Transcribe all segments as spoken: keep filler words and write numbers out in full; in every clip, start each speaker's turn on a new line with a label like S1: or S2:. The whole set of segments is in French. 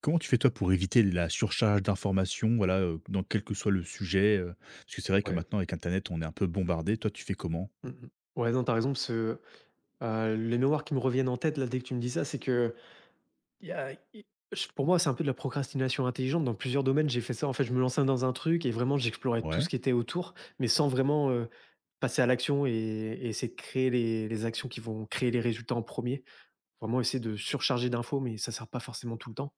S1: Comment tu fais toi pour éviter la surcharge d'informations, voilà, heu, dans quel que soit le sujet, heu? Parce que c'est vrai que
S2: Ouais.
S1: maintenant avec internet, on est un peu bombardé. Toi, tu fais comment?
S2: Mmh mh. Ouais, non, tu as raison parce que, heu, les mémoires qui me reviennent en tête là, dès que tu me dis ça, c'est que y a i j pour moi, c'est un peu de la procrastination intelligente. Dans plusieurs domaines, j'ai fait ça. En fait, je me lançais dans un truc et vraiment j'explorais tout ce
S1: Ouais,
S2: qui était autour, mais sans vraiment, heu, passer à l'action et et essayer de créer les les actions qui vont créer les résultats en premier. Vraiment essayer de surcharger d'infos, mais ça sert pas forcément tout le temps.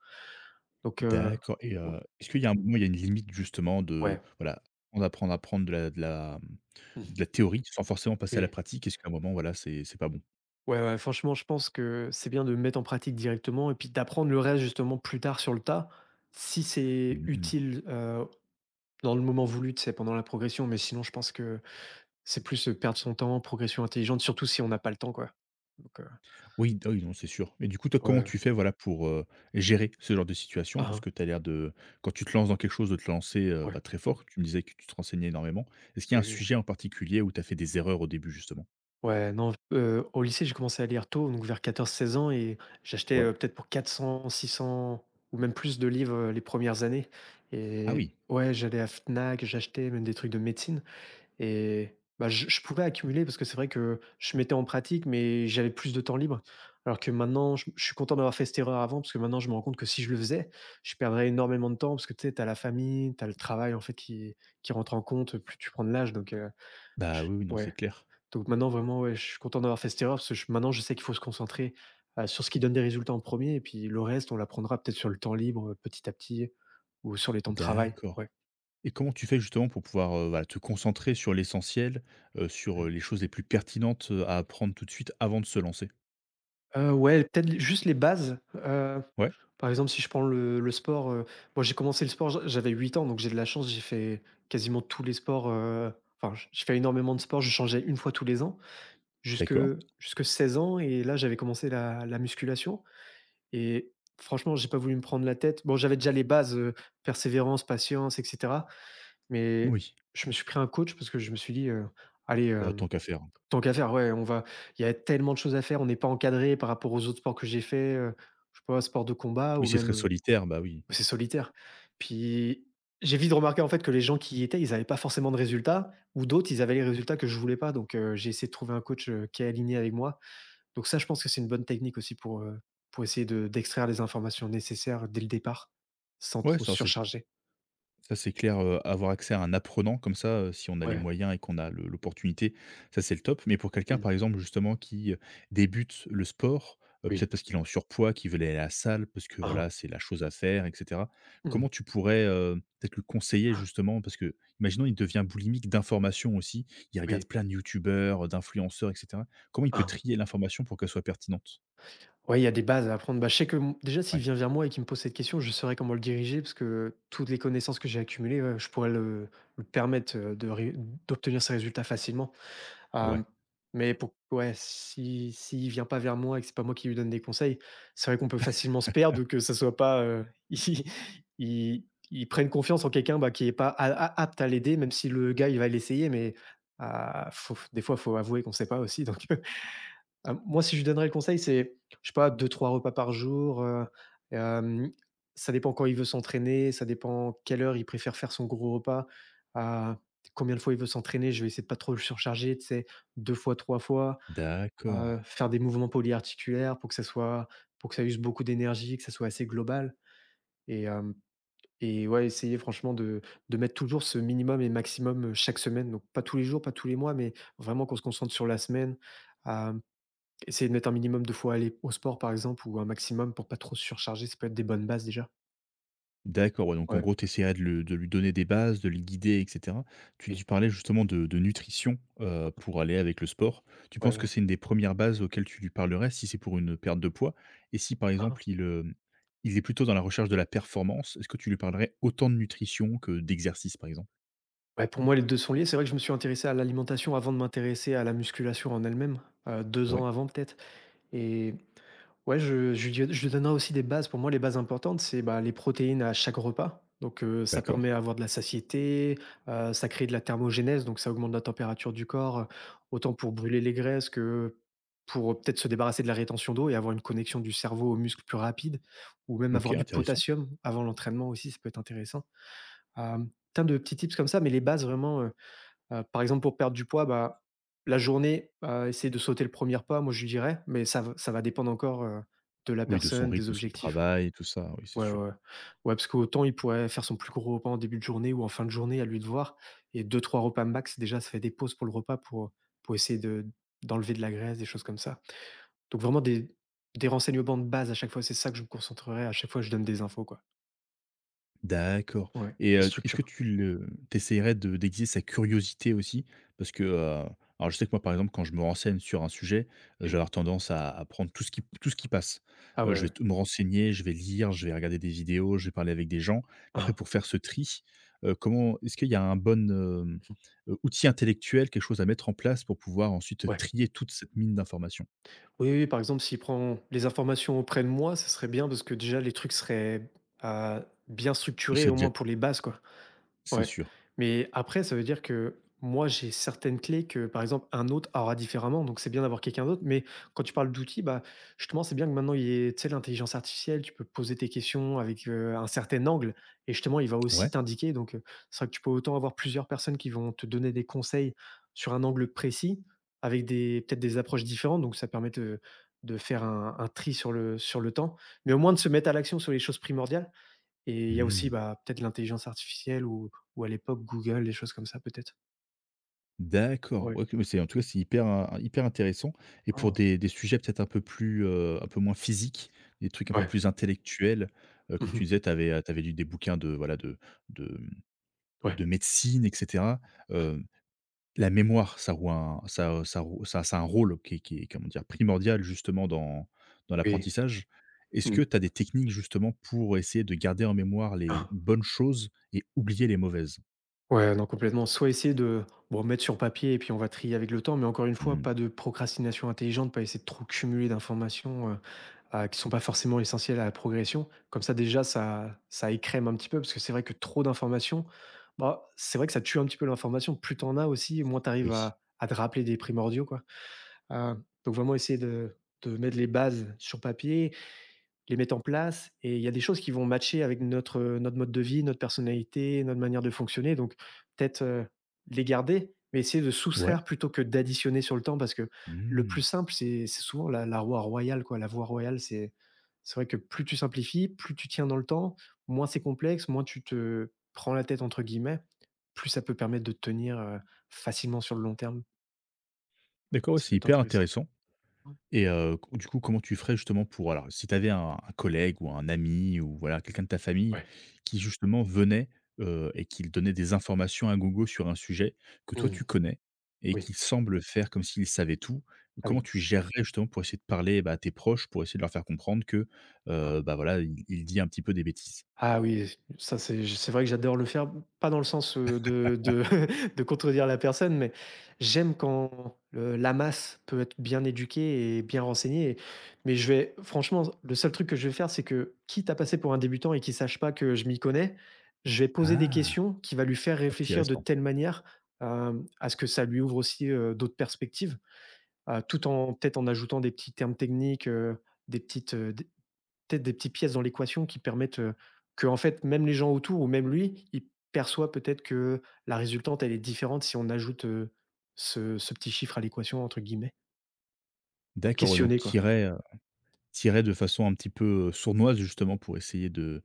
S2: Donc, heu,
S1: d'accord. et
S2: ou
S1: heu, est-ce qu'il y a un moment, il y a une limite justement de
S2: ouais.
S1: voilà, on apprend à apprendre de la de la, mmh,
S2: Mmh.
S1: de la théorie sans forcément passer à la
S2: Oui.
S1: pratique? Est-ce qu'à un moment, voilà, c'est c'est pas bon?
S2: Ouais, ouais, franchement, je pense que c'est bien de mettre en pratique directement et puis d'apprendre le reste justement plus tard sur le tas, si c'est
S1: Mmh.
S2: utile euh, dans le moment voulu, c'est pendant la progression. Mais sinon, je pense que c'est plus euh, perdre son temps, progression intelligente, surtout si on n'a pas le temps, quoi. Donc, euh,
S1: Oui, d ah oui, non, c'est sûr. Et du coup, toi, comment
S2: ouais,
S1: tu fais, voilà, pour, heu, gérer ce genre de situation? Parce
S2: ah,
S1: que tu as l'air de quand tu te lances dans quelque chose, de te lancer, heu, bah,
S2: ouais,
S1: très fort. Tu me disais que tu te renseignais énormément. Est-ce qu'il y a un
S2: oui, oui.
S1: sujet en particulier où tu as fait des erreurs au début, justement?
S2: Ouais, non, euh, au lycée, j'ai commencé à lire tôt, donc vers quatorze à seize ans, et j'achetais
S1: Ouais.
S2: euh, peut-être pour quatre cents, six cents ou même plus de livres euh, les premières années.
S1: Ah
S2: Et
S1: oui.
S2: ouais, j'allais à Fnac, j'achetais même des trucs de médecine. Et bah, je je pouvais accumuler parce que c'est vrai que je mettais en pratique, mais j'avais plus de temps libre. Alors que maintenant, je, je suis content d'avoir fait cette erreur avant parce que maintenant, je me rends compte que si je le faisais, je perdrais énormément de temps parce que tu sais, tu la famille, tu as le travail en fait qui, qui rentre en compte, plus tu prends de l'âge. Donc, euh,
S1: Bah,
S2: je-
S1: oui, oui, non, c'est
S2: ouais.
S1: clair.
S2: Donc maintenant, vraiment, ouais, je suis content d'avoir fait cette erreur parce que je- maintenant, je sais qu'il faut se concentrer euh, sur ce qui donne des résultats en premier et puis le reste, on l'apprendra peut-être sur le temps libre euh, petit à petit ou sur les temps de travail.
S1: D'accord.
S2: Ouais.
S1: Et comment tu fais justement pour pouvoir, heu, voilà, te concentrer sur l'essentiel, heu, sur, heu, les choses les plus pertinentes, heu, à apprendre tout de suite avant de se lancer?
S2: Heu, ouais, peut-être les juste les bases, heu,
S1: Ouais,
S2: par exemple, si je prends le le sport, heu, moi, j'ai commencé le sport, j'a j'avais huit ans, donc j'ai de la chance, j'ai fait quasiment tous les sports, heu, enfin, j je fais énormément de sport, je changeais une fois tous les ans jusque
S1: d'accord.
S2: jusque seize ans et là, j'avais commencé la la musculation et franchement, j'ai pas voulu me prendre la tête. Bon, j'avais déjà les bases, heu, persévérance, patience et cetera, mais
S1: Oui,
S2: je me suis pris un coach parce que je me suis dit, heu: «Allez, euh,
S1: bah, tant qu'à faire.
S2: Tant qu'à faire, ouais, on va il y a tellement de choses à faire, on n'est pas encadré par rapport aux autres sports que j'ai fait, heu, je sais pas, sport de combat
S1: Oui,
S2: ou
S1: c'est très
S2: même, heu,
S1: solitaire, bah oui.
S2: c'est solitaire. Puis, j'ai vite remarqué en fait que les gens qui y étaient, ils n'avaient pas forcément de résultats ou d'autres, ils avaient les résultats que je voulais pas donc heu, j'ai essayé de trouver un coach, heu, qui est aligné avec moi. Donc ça, je pense que c'est une bonne technique aussi pour, heu, pour essayer de d'extraire les informations nécessaires dès le départ, sans
S1: Ouais,
S2: trop se
S1: ça, c'est
S2: surcharger.
S1: Ça, c'est clair, heu, avoir accès à un apprenant comme ça, heu, si on a les
S2: Ouais.
S1: moyens et qu'on a le l'opportunité, ça, c'est le top. Mais pour quelqu'un,
S2: Mmh.
S1: par exemple, justement, qui, heu, débute le sport, heu, peut-être
S2: Oui.
S1: parce qu'il est en surpoids, qu'il veut aller à la salle, parce que,
S2: Ah. Hein.
S1: voilà, c'est la chose à faire et cetera. Comment
S2: Mmh.
S1: tu pourrais, heu, peut-être le conseiller, justement? Parce que, imaginons, il devient boulimique d'informations aussi, il regarde
S2: Oui.
S1: plein de youtubeurs, heu, d'influenceurs et cetera. Comment il peut
S2: Ah.
S1: trier l'information pour qu'elle soit pertinente?
S2: Ouais, il y a des bases à apprendre. Bah, je sais que m déjà s'il
S1: Ouais.
S2: vient vers moi et qu'il me pose cette question, je saurais comment le diriger parce que toutes les connaissances que j'ai accumulées, ouais, je pourrais le lui permettre, heu, de ré d'obtenir ces résultats facilement.
S1: Ouais.
S2: Hem, mais pour ouais, si s'il vient pas vers moi et que c'est pas moi qui lui donne des conseils, c'est vrai qu'on peut facilement se perdre ou que ça soit pas, heu, il il il prenne confiance en quelqu'un, bah, qui est pas a a apte à l'aider, même si le gars, il va l'essayer mais, heu, faut des fois, il faut avouer qu'on sait pas aussi donc euh, Hem, moi, si je lui donnerais le conseil, c'est, je sais pas, deux trois repas par jour, heu, hem, ça dépend quand il veut s'entraîner, ça dépend quelle heure il préfère faire son gros repas, heu, combien de fois il veut s'entraîner. Je vais essayer de pas trop le surcharger, tu sais, deux fois, trois fois,
S1: D'accord.
S2: heu, faire des mouvements polyarticulaires pour que ça soit pour que ça use beaucoup d'énergie, que ça soit assez global et hem et ouais, essayer franchement de de mettre toujours ce minimum et maximum, heu, chaque semaine. Donc pas tous les jours, pas tous les mois, mais vraiment qu'on se concentre sur la semaine, essayer de mettre un minimum de fois aller au sport, par exemple, ou un maximum pour pas trop se surcharger, ça peut être des bonnes bases déjà.
S1: D'accord, ouais, donc en
S2: Ouais,
S1: gros, tu essaierais de le de lui donner des bases, de le guider et cetera. Tu dis
S2: oui.
S1: parlais justement de de nutrition, heu, pour aller avec le sport. Tu
S2: Ouais,
S1: penses que
S2: ouais.
S1: c'est une des premières bases auxquelles tu lui parlerais si c'est pour une perte de poids? Et si par
S2: Hein?
S1: exemple il, hem, il est plutôt dans la recherche de la performance, est-ce que tu lui parlerais autant de nutrition que d'exercice par exemple?
S2: Ouais, pour moi, les deux sont liés. C'est vrai que je me suis intéressé à l'alimentation avant de m'intéresser à la musculation en elle-même, heu, deux
S1: Ouais,
S2: ans avant peut-être et ouais, je je lui je lui donnerai aussi des bases. Pour moi, les bases importantes, c'est, bah, les protéines à chaque repas. Donc, heu, ça
S1: d'accord.
S2: permet d'avoir de la satiété, heu, ça crée de la thermogénèse, donc ça augmente la température du corps, heu, autant pour brûler les graisses que pour, euh, peut-être se débarrasser de la rétention d'eau et avoir une connexion du cerveau aux muscles plus rapide ou même
S1: OK,
S2: avoir du
S1: intéressant.
S2: potassium avant l'entraînement aussi, ça peut être intéressant. Hem, plein de petits tips comme ça, mais les bases vraiment, heu Heu, par exemple, pour perdre du poids, bah, la journée, heu, essayer de sauter le premier er repas, moi, je lui dirais, mais ça v ça va dépendre encore, heu, de la
S1: Oui, de son
S2: personne, des
S1: rythme, de son
S2: objectifs.
S1: travail, tout ça, oui, c'est
S2: Ouais, ouais,
S1: sûr.
S2: ouais. Ouais, parce qu'autant il pourrait faire son plus gros repas en début de journée ou en fin de journée, à lui de voir et deux, trois repas max, déjà, ça fait des pauses pour le repas pour pour essayer de d'enlever de la graisse, des choses comme ça. Donc vraiment des des renseignements de base à chaque fois, c'est ça que je me concentrerai, à chaque fois, je donne des infos, quoi.
S1: D'accord.
S2: Ouais,
S1: et
S2: des
S1: heu, est-ce que
S2: structures.
S1: tu le tu de d'aiguiser sa curiosité aussi? Parce que, heu, alors je sais que moi, par exemple, quand je me renseigne sur un sujet, euh, je vais
S2: Oui.
S1: avoir tendance à à prendre tout ce qui tout ce qui passe.
S2: Ah
S1: Heu,
S2: ouais,
S1: je vais
S2: ouais.
S1: tout me renseigner, je vais lire, je vais regarder des vidéos, je vais parler avec des gens. Après
S2: Hein,
S1: pour faire ce tri, heu, comment, est-ce qu'il y a un bon, hem, heu, outil intellectuel, quelque chose à mettre en place pour pouvoir ensuite
S2: ouais.
S1: trier toute cette mine d'informations?
S2: Oui, oui, oui, par exemple, s'il prend les informations auprès de moi, ce serait bien parce que déjà les trucs seraient, heu, bien
S1: Et
S2: structurés
S1: c'est
S2: au
S1: déjà
S2: moins pour les bases, quoi.
S1: c'est
S2: Ouais,
S1: sûr.
S2: mais après, ça veut dire que moi, j'ai certaines clés que, par exemple, un autre aura différemment. Donc, c'est bien d'avoir quelqu'un d'autre. Mais quand tu parles d'outils, bah, justement, c'est bien que maintenant, il y ait, tu sais, l'intelligence artificielle. Tu peux poser tes questions avec euh, un certain angle. Et justement, il va aussi
S1: Ouais.
S2: t'indiquer. Donc, euh, c'est vrai que tu peux autant avoir plusieurs personnes qui vont te donner des conseils sur un angle précis, avec des, peut-être des approches différentes. Donc, ça permet de, de faire un, un tri sur le, sur le temps. Mais au moins de se mettre à l'action sur les choses primordiales. Et il y a aussi,
S1: Mmh.
S2: bah, peut-être l'intelligence artificielle ou ou à l'époque Google, des choses comme ça peut-être?
S1: D'accord.
S2: Ouais.
S1: Ouais, OK, mais c'est en tout cas, c'est hyper in hyper intéressant. Et pour
S2: Ah!
S1: des des sujets peut-être un peu plus, heu, un peu moins physiques, des trucs un peu
S2: Ouais.
S1: plus intellectuels, heu, comme tu
S2: Mmh.
S1: disais, tu avais lu des bouquins de, voilà, de de, mmh,
S2: Ouais.
S1: de médecine et cetera. Heu, la mémoire, ça roue un ça, ça roue ça ça a un rôle qui est qui est, comment dire, primordial justement dans dans
S2: Oui.
S1: l'apprentissage. Est-ce que
S2: Mmh.
S1: tu as des techniques justement pour essayer de garder en mémoire les
S2: Ah!
S1: bonnes choses et oublier les mauvaises?
S2: Ouais, non, complètement. Soit essayer de, bon, mettre sur papier et puis on va trier avec le temps, mais encore une fois,
S1: Mmh,
S2: pas de procrastination intelligente, pas essayer de trop cumuler d'informations, heu, à qui sont pas forcément essentielles à la progression. Comme ça déjà, ça ça écrème un petit peu parce que c'est vrai que trop d'informations, bah, c'est vrai que ça tue un petit peu l'information. Plus t'en as aussi, moins t'arrives
S1: oui.
S2: à à te rappeler des primordiaux, quoi. Heu, donc vraiment essayer de de mettre les bases sur papier, les mettre en place et il y a des choses qui vont matcher avec notre, heu, notre mode de vie, notre personnalité, notre manière de fonctionner donc peut-être, heu, les garder, mais essayer de
S1: Ouais.
S2: soustraire plutôt que d'additionner sur le temps parce que le
S1: Mmh.
S2: plus simple, c'est c'est souvent la la voie royale quoi. La voie royale, c'est c'est vrai que plus tu simplifies, plus tu tiens dans le temps, moins c'est complexe, moins tu te «prends la tête» entre guillemets, plus ça peut permettre de tenir, heu, facilement sur le long terme.
S1: D'accord, ouais,
S2: Ça
S1: c'est
S2: peut être
S1: hyper
S2: intéressant.
S1: intéressant. Et heu, co du coup, comment tu ferais justement pour, alors si tu avais un un collègue ou un ami ou voilà, quelqu'un de ta famille
S2: Ouais.
S1: qui justement venait, heu et qu'il donnait des informations à Google sur un sujet que toi tu
S2: Ouais.
S1: connais et
S2: Oui.
S1: qui semble faire comme s'il savait tout,
S2: Ah
S1: comment
S2: oui.
S1: tu gérerais justement pour essayer de parler, bah, à tes proches, pour essayer de leur faire comprendre que,
S2: Hein.
S1: heu, bah, voilà, il il dit un petit peu des bêtises?
S2: Ah oui, ça c'est c'est vrai que j'adore le faire, pas dans le sens, heu, de de de contredire la personne, mais j'aime quand le la masse peut être bien éduquée et bien renseignée. Mais je vais franchement, le seul truc que je vais faire, c'est que quitte à passer pour un débutant et qu'il sache pas que je m'y connais, je vais poser des
S1: Ah!
S2: questions qui va lui faire réfléchir de
S1: Intéressant.
S2: telle manière, hem, à ce que ça lui ouvre aussi, heu, d'autres perspectives, heu, tout en peut-être en ajoutant des petits termes techniques, heu, des petites, peut-être des petites pièces dans l'équation qui permettent, euh, que en fait, même les gens autour ou même lui, il perçoit peut-être que la résultante, elle est différente si on ajoute, heu, ce ce «petit chiffre à l'équation» entre guillemets.
S1: D'accord, ouais, donc
S2: Questionner quoi.
S1: tirer irais, heu, de façon un petit peu, heu, sournoise justement pour essayer de…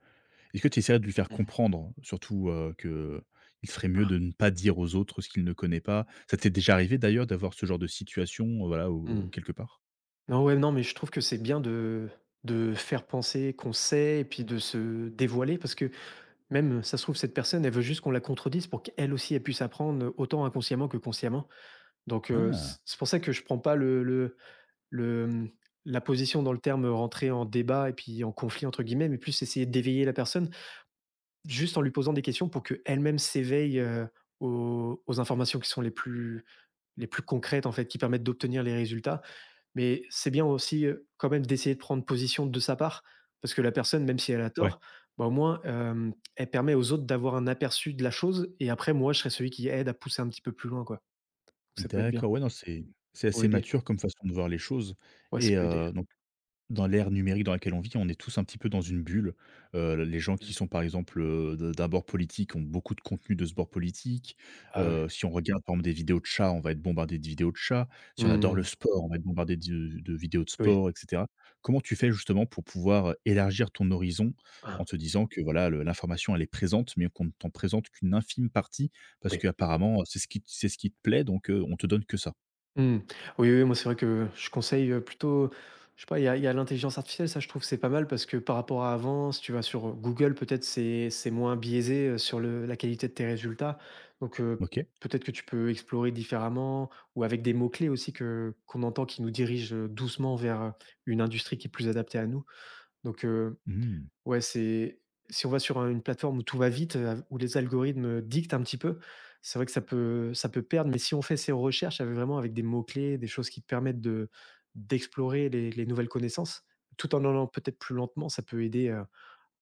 S1: Est-ce que tu essaierais de lui faire
S2: Mmh.
S1: comprendre, surtout, euh, que il ferait mieux
S2: Ah,
S1: de ne pas dire aux autres ce qu'il ne connaît pas? Ça t'est déjà arrivé d'ailleurs d'avoir ce genre de situation, heu, voilà, ou
S2: mmh.
S1: quelque part?
S2: Non, ouais, non, mais je trouve que c'est bien de de faire penser qu'on sait et puis de se dévoiler parce que même, ça se trouve, cette personne, elle veut juste qu'on la contredise pour qu'elle aussi, elle puisse apprendre autant inconsciemment que consciemment. Donc, heu, c
S1: Ah!
S2: c'est pour ça que je prends pas le le le, mmh, la position dans le terme, rentrer en débat et puis en «conflit» entre guillemets, mais plus essayer d'éveiller la personne, juste en lui posant des questions pour qu'elle-même s'éveille, heu, aux aux informations qui sont les plus les plus concrètes, en fait, qui permettent d'obtenir les résultats. Mais c'est bien aussi, heu, quand même d'essayer de prendre position de sa part, parce que la personne, même si elle a
S1: Ouais.
S2: tort, bah, au moins, hem, elle permet aux autres d'avoir un aperçu de la chose et après moi, je serai celui qui aide à pousser un petit peu plus loin, quoi. Donc, ça peut être bien
S1: D'accord, ouais, non, c'est c'est
S2: pour
S1: assez
S2: aider.
S1: mature comme façon de voir les choses.
S2: Ouais, ça
S1: et
S2: peut aider.
S1: heu, donc dans l'ère numérique dans laquelle on vit, on est tous un petit peu dans une bulle. Heu, les gens qui
S2: Mmh.
S1: sont, par exemple, heu, de d'un bord politique ont beaucoup de contenu de ce bord politique.
S2: Ah oui.
S1: Heu, si on regarde, par exemple, des vidéos de chats, on va être bombardé de vidéos de chats. Si on adore le
S2: Mmh.
S1: sport, on va être bombardé de de vidéos de
S2: Oui.
S1: sport et cetera. Comment tu fais justement pour pouvoir euh, élargir ton horizon en te disant que voilà, le l'information, elle est présente, mais qu'on ne t'en présente qu'une infime partie parce
S2: Oui.
S1: qu'apparemment, c'est ce qui c'est ce qui te plaît, donc heu, on te donne que ça?
S2: Mmh. Oui, oui, moi, c'est vrai que je conseille, heu, plutôt je sais pas, il y a il y a l'intelligence artificielle, ça, je trouve, que c'est pas mal parce que par rapport à avant, si tu vas sur Google, peut-être c'est c'est moins biaisé, heu, sur le la qualité de tes résultats. Donc, heu,
S1: OK.
S2: peut-être que tu peux explorer différemment ou avec des mots-clés aussi que qu'on entend qui nous dirigent, heu, doucement vers, heu, une industrie qui est plus adaptée à nous. Donc,
S1: Mmh.
S2: ouais, c'est si on va sur un une plateforme où tout va vite, heu, où les algorithmes dictent un petit peu, c'est vrai que ça peut ça peut perdre. Mais si on fait ses recherches avec vraiment avec des mots clés, des choses qui permettent de d'explorer les les nouvelles connaissances, tout en allant peut-être plus lentement, ça peut aider, heu,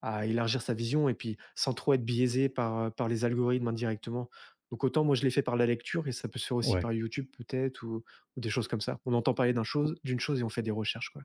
S2: à élargir sa vision et puis sans trop être biaisé par, heu, par les algorithmes indirectement. Donc autant moi je l'ai fait par la lecture et ça peut se faire aussi
S1: Ouais.
S2: par YouTube peut-être ou ou des choses comme ça. On entend parler d'une chose d'une chose et on fait des recherches, quoi.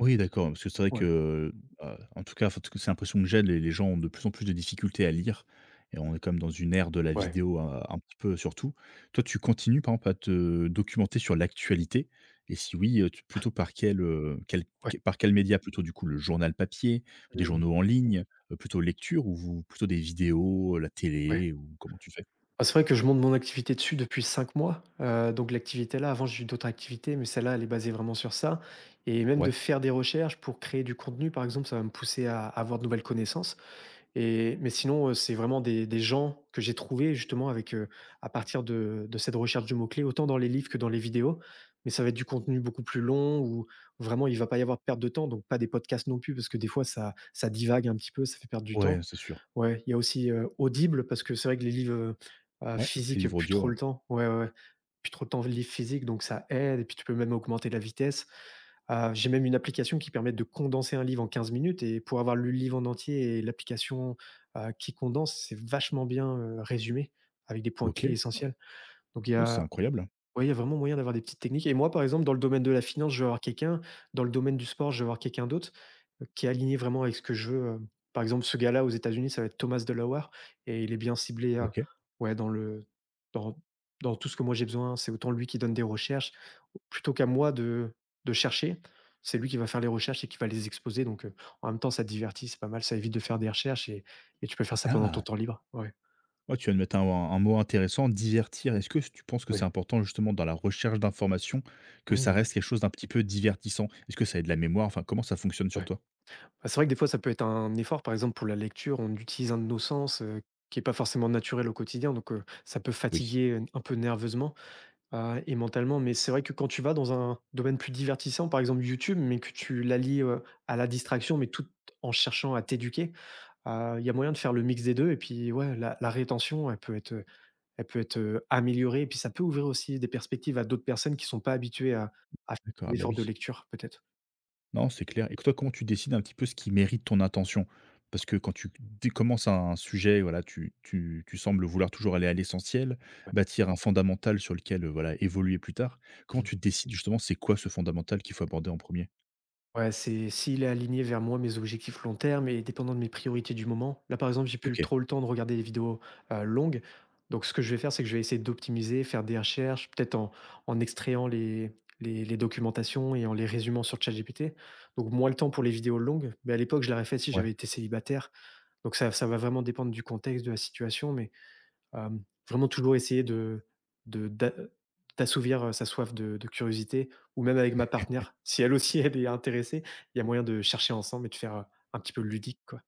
S1: Oui, d'accord, parce que c'est vrai
S2: Ouais,
S1: que, heu, en tout cas, enfin, en tout cas, c'est l'impression que j'ai, les les gens ont de plus en plus de difficultés à lire et on est quand même dans une ère de la
S2: ouais.
S1: vidéo un un petit peu surtout. Toi, tu continues, par exemple, à te
S2: Mmh.
S1: documenter sur l'actualité et si oui, heu, tu plutôt par quel, heu, quel
S2: Ouais.
S1: qu par quel média? Plutôt, du coup, le journal papier, des
S2: Mmh.
S1: journaux en ligne, heu, plutôt lecture ou vous- plutôt des vidéos, la
S2: Ouais.
S1: télé, ou comment tu fais?
S2: Ah, c'est vrai que je monte mon activité dessus depuis cinq mois. Heu, donc l'activité-là, avant j'ai eu d'autres activités, mais celle-là, elle est basée vraiment sur ça et même de
S1: Ouais,
S2: faire des recherches pour créer du contenu, par exemple, ça va me pousser à à avoir de nouvelles connaissances. Et mais sinon, heu, c'est vraiment des des gens que j'ai trouvés justement avec, heu, à partir de de cette recherche de mots-clés, autant dans les livres que dans les vidéos. Mais ça va être du contenu beaucoup plus long où vraiment il va pas y avoir de perte de temps, donc pas des podcasts non plus parce que des fois ça ça divague un petit peu, ça fait perdre du
S1: ouais,
S2: temps.
S1: c'est sûr.
S2: Ouais, il y a aussi, heu, Audible parce que c'est vrai que les livres, heu heu,
S1: Ouais, les
S2: physiques,
S1: livres
S2: plus
S1: audio,
S2: trop
S1: ouais.
S2: le temps. Ouais, ouais, ouais, plus trop le temps, les livres physiques, donc ça aide et puis tu peux même augmenter la vitesse. Heu, j'ai même une application qui permet de condenser un livre en quinze minutes et pour avoir lu le livre en entier et l'application, heu, qui condense, c'est vachement bien, heu, résumé avec des points clés
S1: OK.
S2: essentiels. Donc il y
S1: Oh, c'est
S2: a
S1: incroyable.
S2: ouais, il y a vraiment moyen d'avoir des petites techniques et moi, par exemple, dans le domaine de la finance, je vais avoir quelqu'un, dans le domaine du sport, je vais avoir quelqu'un d'autre, heu, qui est aligné vraiment avec ce que je veux, heu. Par exemple, ce gars-là aux États-Unis, ça va être Thomas Delaware et il est bien ciblé, heu,
S1: OK.
S2: ouais, dans le dans dans tout ce que moi j'ai besoin. C'est autant lui qui donne des recherches, plutôt qu'à moi de de chercher. C'est lui qui va faire les recherches et qui va les exposer donc heu, en même temps, ça te divertit, c'est pas mal, ça évite de faire des recherches et et tu peux faire ça pendant ton
S1: Ah!
S2: temps libre. Ouais,
S1: Ouais, tu viens de mettre un, un mot intéressant, divertir. Est-ce que tu penses que c'est
S2: ouais.
S1: important justement dans la recherche d'informations que ça
S2: Mmh,
S1: reste quelque chose d'un petit peu divertissant? Est-ce que ça aide la mémoire? Enfin, comment ça fonctionne sur
S2: ouais.
S1: toi?
S2: Bah, c'est vrai que des fois, ça peut être un effort. Par exemple, pour la lecture, on utilise un de nos sens heu, qui est pas forcément naturel au quotidien, donc heu, ça peut
S1: Oui.
S2: fatiguer, heu, un peu nerveusement, heu et mentalement. Mais c'est vrai que quand tu vas dans un domaine plus divertissant, par exemple YouTube, mais que tu l'allies, heu, à la distraction, mais tout en cherchant à t'éduquer, heu, il y a moyen de faire le mix des deux. Et puis ouais, la la rétention, elle peut être, heu, elle peut être, heu, améliorée et puis ça peut ouvrir aussi des perspectives à d'autres personnes qui ne sont pas habituées à à faire
S1: D'accord, ah
S2: des
S1: bah
S2: efforts de
S1: oui.
S2: lecture peut-être.
S1: Non, c'est clair. Et toi, comment tu décides un petit peu ce qui mérite ton attention? Parce que quand tu dé- commences un sujet, voilà, tu, tu, tu sembles vouloir toujours aller à l'essentiel, bâtir un fondamental sur lequel euh, voilà, évoluer plus tard.
S2: Ouais.
S1: Comment tu décides justement c'est quoi ce fondamental qu'il faut aborder en premier?
S2: Ouais, c'est s'il est aligné vers moi, mes objectifs long terme et dépendant de mes priorités du moment. Là, par exemple, j'ai
S1: Ok,
S2: plus trop le temps de regarder des vidéos euh, longues. Donc, ce que je vais faire, c'est que je vais essayer d'optimiser, faire des recherches, peut-être en, en extrayant les, les, les documentations et en les résumant sur ChatGPT. Donc, moins le temps pour les vidéos longues. Mais à l'époque, je l'aurais fait si
S1: ouais.
S2: j'avais été célibataire. Donc, ça, ça va vraiment dépendre du contexte, de la situation. Mais Hem, vraiment toujours essayer de de d'a d'assouvir, heu, sa soif de de curiosité ou même avec ma partenaire, si elle aussi elle est intéressée, il y a moyen de chercher ensemble et de faire, heu, un petit peu ludique, quoi.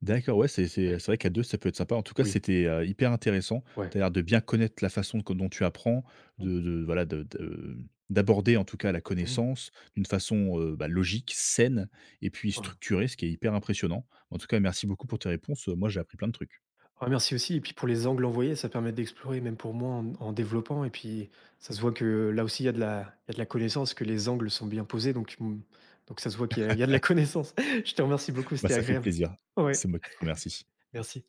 S1: D'accord, ouais, c'est c'est
S2: Ouais,
S1: c'est vrai qu'à deux ça peut être sympa. En tout cas,
S2: oui,
S1: c'était, heu, hyper intéressant.
S2: ouais.
S1: Tu as l'air de bien connaître la façon co dont tu apprends, de de voilà, de de d'aborder, en tout cas, la
S2: Mmh.
S1: connaissance d'une façon, heu, bah, logique, saine et puis
S2: Hein.
S1: structurée, ce qui est hyper impressionnant. En tout cas, merci beaucoup pour tes réponses, moi, j'ai appris plein de trucs.
S2: Ah merci aussi et puis pour les angles envoyés, ça permet d'explorer même pour moi en en développant et puis ça se voit que là aussi il y a de la il y a de la connaissance, que les angles sont bien posés donc mmh, donc ça se voit qu'il y a il y a de la connaissance. Je te remercie beaucoup,
S1: Bah,
S2: c'était
S1: ça fait
S2: agréable.
S1: plaisir.
S2: Ouais,
S1: C'est moi qui te remercie.
S2: merci.